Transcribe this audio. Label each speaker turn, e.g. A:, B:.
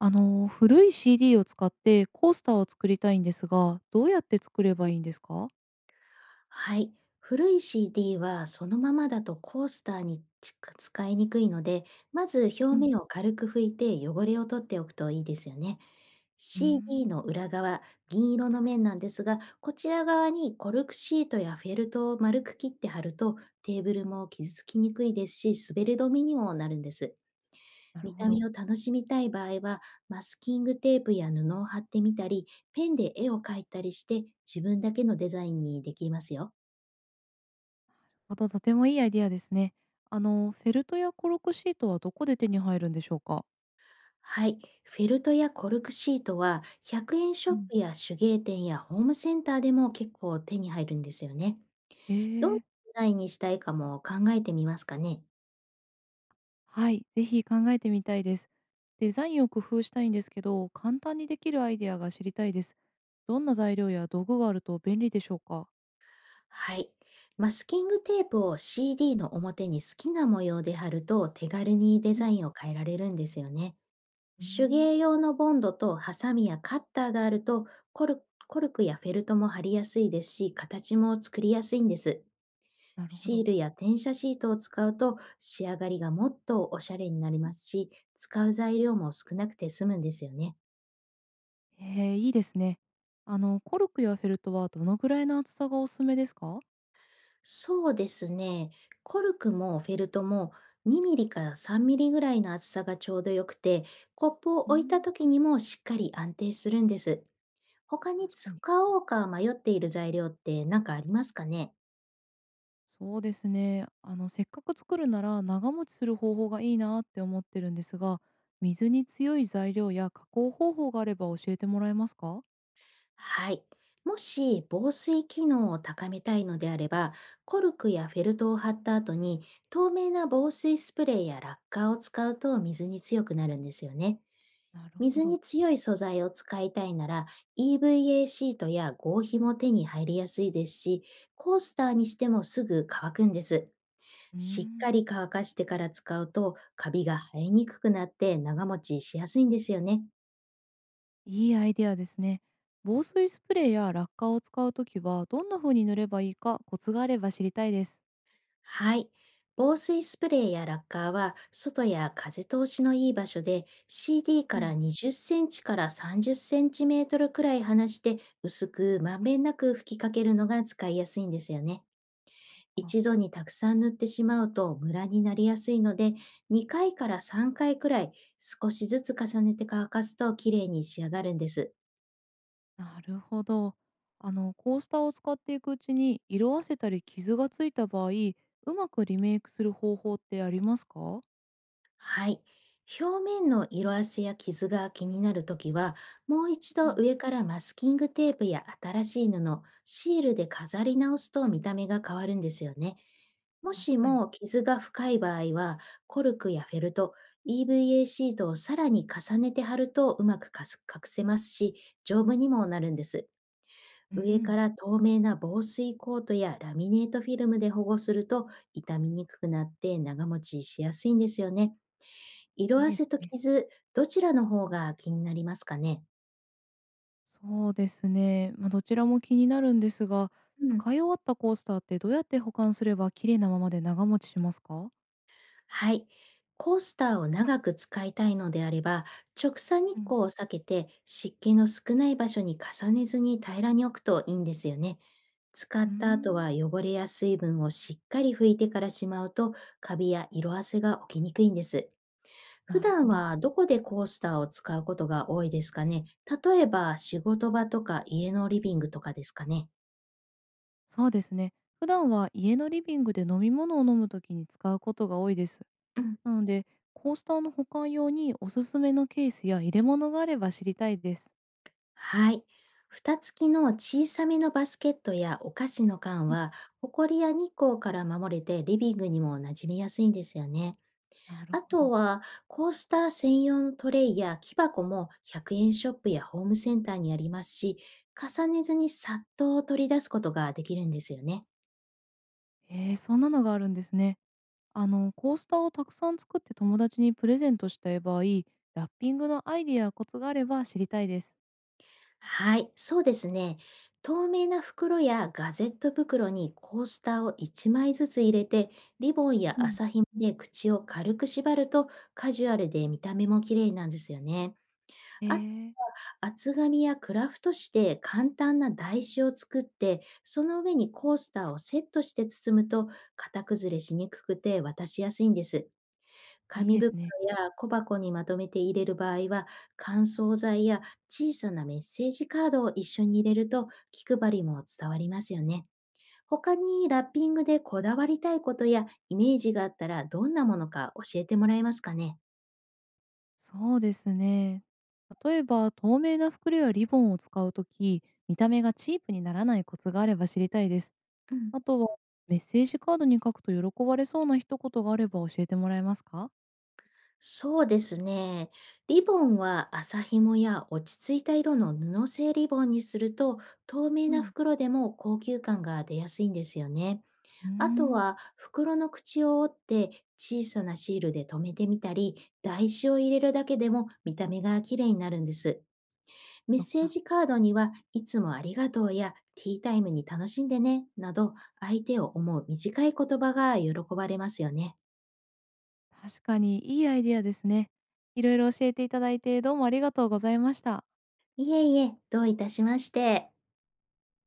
A: 古い CD を使ってコースターを作りたいんですが、どうやって作ればいいんですか？
B: はい。古い CD はそのままだとコースターにち使いにくいので、まず表
A: うん。
B: 面を軽く拭いて汚れを取っておくといいですよね。
A: うーん、
B: CD の裏側、銀色の面なんですが、こちら側にコルクシートやフェルトを丸く切って貼ると、テーブルも傷つきにくいですし、滑り止めにもなるんです。
A: なる
B: 見
A: ほ
B: た目
A: ど。
B: を楽しみたい場合は、マスキングテープや布を貼ってみたり、ペンで絵を描いたりして、自分だけのデザインにできますよ。
A: また、とてもいいアイディアですね。フェルトやコロコシートはどこで手に入るんでしょうか？
B: はい。フェルトやコルクシートは100円シ
A: う
B: ョッ
A: ん。
B: プや手芸店やホームセンターでも結構手に入るんですよね。
A: え
B: どんな
A: え、
B: デザインにしたいかも考えてみますかね。
A: はい、ぜひ考えてみたいです。デザインを工夫したいんですけど、簡単にできるアイディアが知りたいです。どんな材料や道具があると便利でしょうか？
B: はい。マスキングテープを CD の表に好きな模様で貼ると手軽にデ
A: うん。
B: ザインを変えられるんですよね。
A: うー
B: 手
A: ん、
B: 芸用のボンドとハサミやカッターがあるとコルコルクやフェルトも貼りやすいですし、形も作りやすいんです。
A: なるほ
B: シ
A: ど。
B: ールや転写シートを使うと仕上がりがもっとおしゃれになりますし、使う材料も少なくて済むんですよね。
A: へえ、いいですね。コルクやフェルトはどのぐらいの厚さがおすすめですか？
B: そうですね。コルクもフェルトも2ミリから3ミリぐらいの厚さがちょうどよくて、コップを
A: う
B: 置いた
A: ん、
B: 時にもしっかり安定するんです。他に
A: 確か
B: 使
A: に。
B: おうか迷っている材料って何かありますかね。
A: そうですね。せっかく作るなら長持ちする方法がいいなって思ってるんですが、水に強い材料や加工方法があれば教えてもらえますか？
B: はい。もし防水機能を高めたいのであれば、コルクやフェルトを貼った後に透明な防水スプレーやラッカーを使うと水に強くなるんですよね。
A: なるほ
B: 水
A: ど。
B: に強い素材を使いたいなら EVA シートや合皮も手に入りやすいですし、コースターにしてもすぐ乾くんです。
A: うー
B: しっ
A: ん、
B: かり乾かしてから使うとカビが生えにくくなって長持ちしやすいんですよね。
A: いいアイデアですね。防水スプレーやラッカーを使うときはどんな風に塗ればいいかコツがあれば知りたいです。
B: はい。防水スプレーやラッカーは、外や風通しのいい場所で、CD
A: う
B: か
A: ん、
B: ら20センチから30センチメートルくらい離して、薄くまんべんなく吹きかけるのが使いやすいんですよね。
A: そっか。
B: 一度にたくさん塗ってしまうとムラになりやすいので、2回から3回くらい少しずつ重ねて乾かすと綺麗に仕上がるんです。
A: なるほど。コースターを使っていくうちに、色あせたり傷がついた場合、うまくリメイクする方法ってありますか？
B: はい。表面の色あせや傷が気になるときは、もう一
A: う
B: 度
A: ん、
B: 上からマスキングテープや新しい布、シールで飾り直すと見た目が変わるんですよね。も
A: 確
B: し
A: かに。
B: も傷が深い場合は、コルクやフェルト、EVA シートをさらに重ねて貼るとうまくかす隠せますし、丈夫にもなるんです。
A: う
B: 上か
A: ん。
B: ら透明な防水コートやラミネートフィルムで保護すると傷みにくくなって長持ちしやすいんですよね。色
A: いい
B: 褪
A: です
B: せと
A: ね。
B: 傷、どちらの方が気になりますかね？
A: そうですね。まあ、どちらも気になるんですが、
B: うん。
A: 使い終わったコースターってどうやって保管すれば綺麗なままで長持ちしますか？
B: はい。コースターを長く使いたいのであれば、直射日
A: うん。
B: 光を避けて湿気の少ない場所に重ねずに平らに置くといいんですよね。使
A: うー
B: った後
A: ん、
B: は汚れや水分をしっかり拭いてからしまうと、カビや色褪せが起きにくいんです。普
A: なるほ
B: 段
A: ど。
B: はどこでコースターを使うことが多いですかね？例えば仕事場とか家のリビングとかですかね？
A: そうですね。普段は家のリビングで飲み物を飲むときに使うことが多いです。
B: うん。
A: なので、コースターの保管用におすすめのケースや入れ物があれば知りたいです。
B: はい。蓋付きの小さめのバスケットやお菓子の缶
A: うん。
B: は、ほこりや日光から守れてリビングにも馴染みやすいんですよね。
A: なる
B: あ
A: ほ
B: と
A: ど。
B: は、コースター専用のトレイや木箱も100円ショップやホームセンターにありますし、重ねずにさっと取り出すことができるんですよね。
A: ええ、そんなのがあるんですね。コースターをたくさん作って友達にプレゼントしたい場合、ラッピングのアイディアやコツがあれば知りたいです。
B: はい、そうですね。透明な袋やガゼット袋にコースターを1枚ずつ入れて、リボンや
A: うん。
B: 麻ひもで口を軽く縛るとカジュアルで見た目も綺麗なんですよね。
A: え
B: あと、
A: ー、
B: 厚紙やクラフト紙で簡単な台紙を作って、その上にコースターをセットして包むと型崩れしにくくて渡しやすいんです。
A: いい
B: 紙
A: です
B: 袋
A: ね。
B: や小箱にまとめて入れる場合は、乾燥剤や小さなメッセージカードを一緒に入れると気配りも伝わりますよね。他にラッピングでこだわりたいことやイメージがあったらどんなものか教えてもらえますかね。
A: そうですね。例えば、透明な袋やリボンを使うとき、見た目がチープにならないコツがあれば知りたいです。
B: うん、
A: あとは、メッセージカードに書くと喜ばれそうな一言があれば教えてもらえますか？
B: そうですね。リボンは麻紐や落ち着いた色の布製リボンにすると透明
A: う
B: な
A: ん。
B: 袋でも高級感が出やすいんですよね。
A: うー
B: あと
A: ん、
B: は袋の口を折って小さなシールで留めてみたり、台紙を入れるだけでも見た目が綺麗になるんです。メッ
A: そっ
B: セー
A: か。
B: ジカードにはいつもありがとうやティータイムに楽しんでねなど相手を思う短い言葉が喜ばれますよね。
A: 確かにいいアイディアですね。いろいろ教えていただいて、どうもありがとうございました。
B: いえいえ、どういたしまして。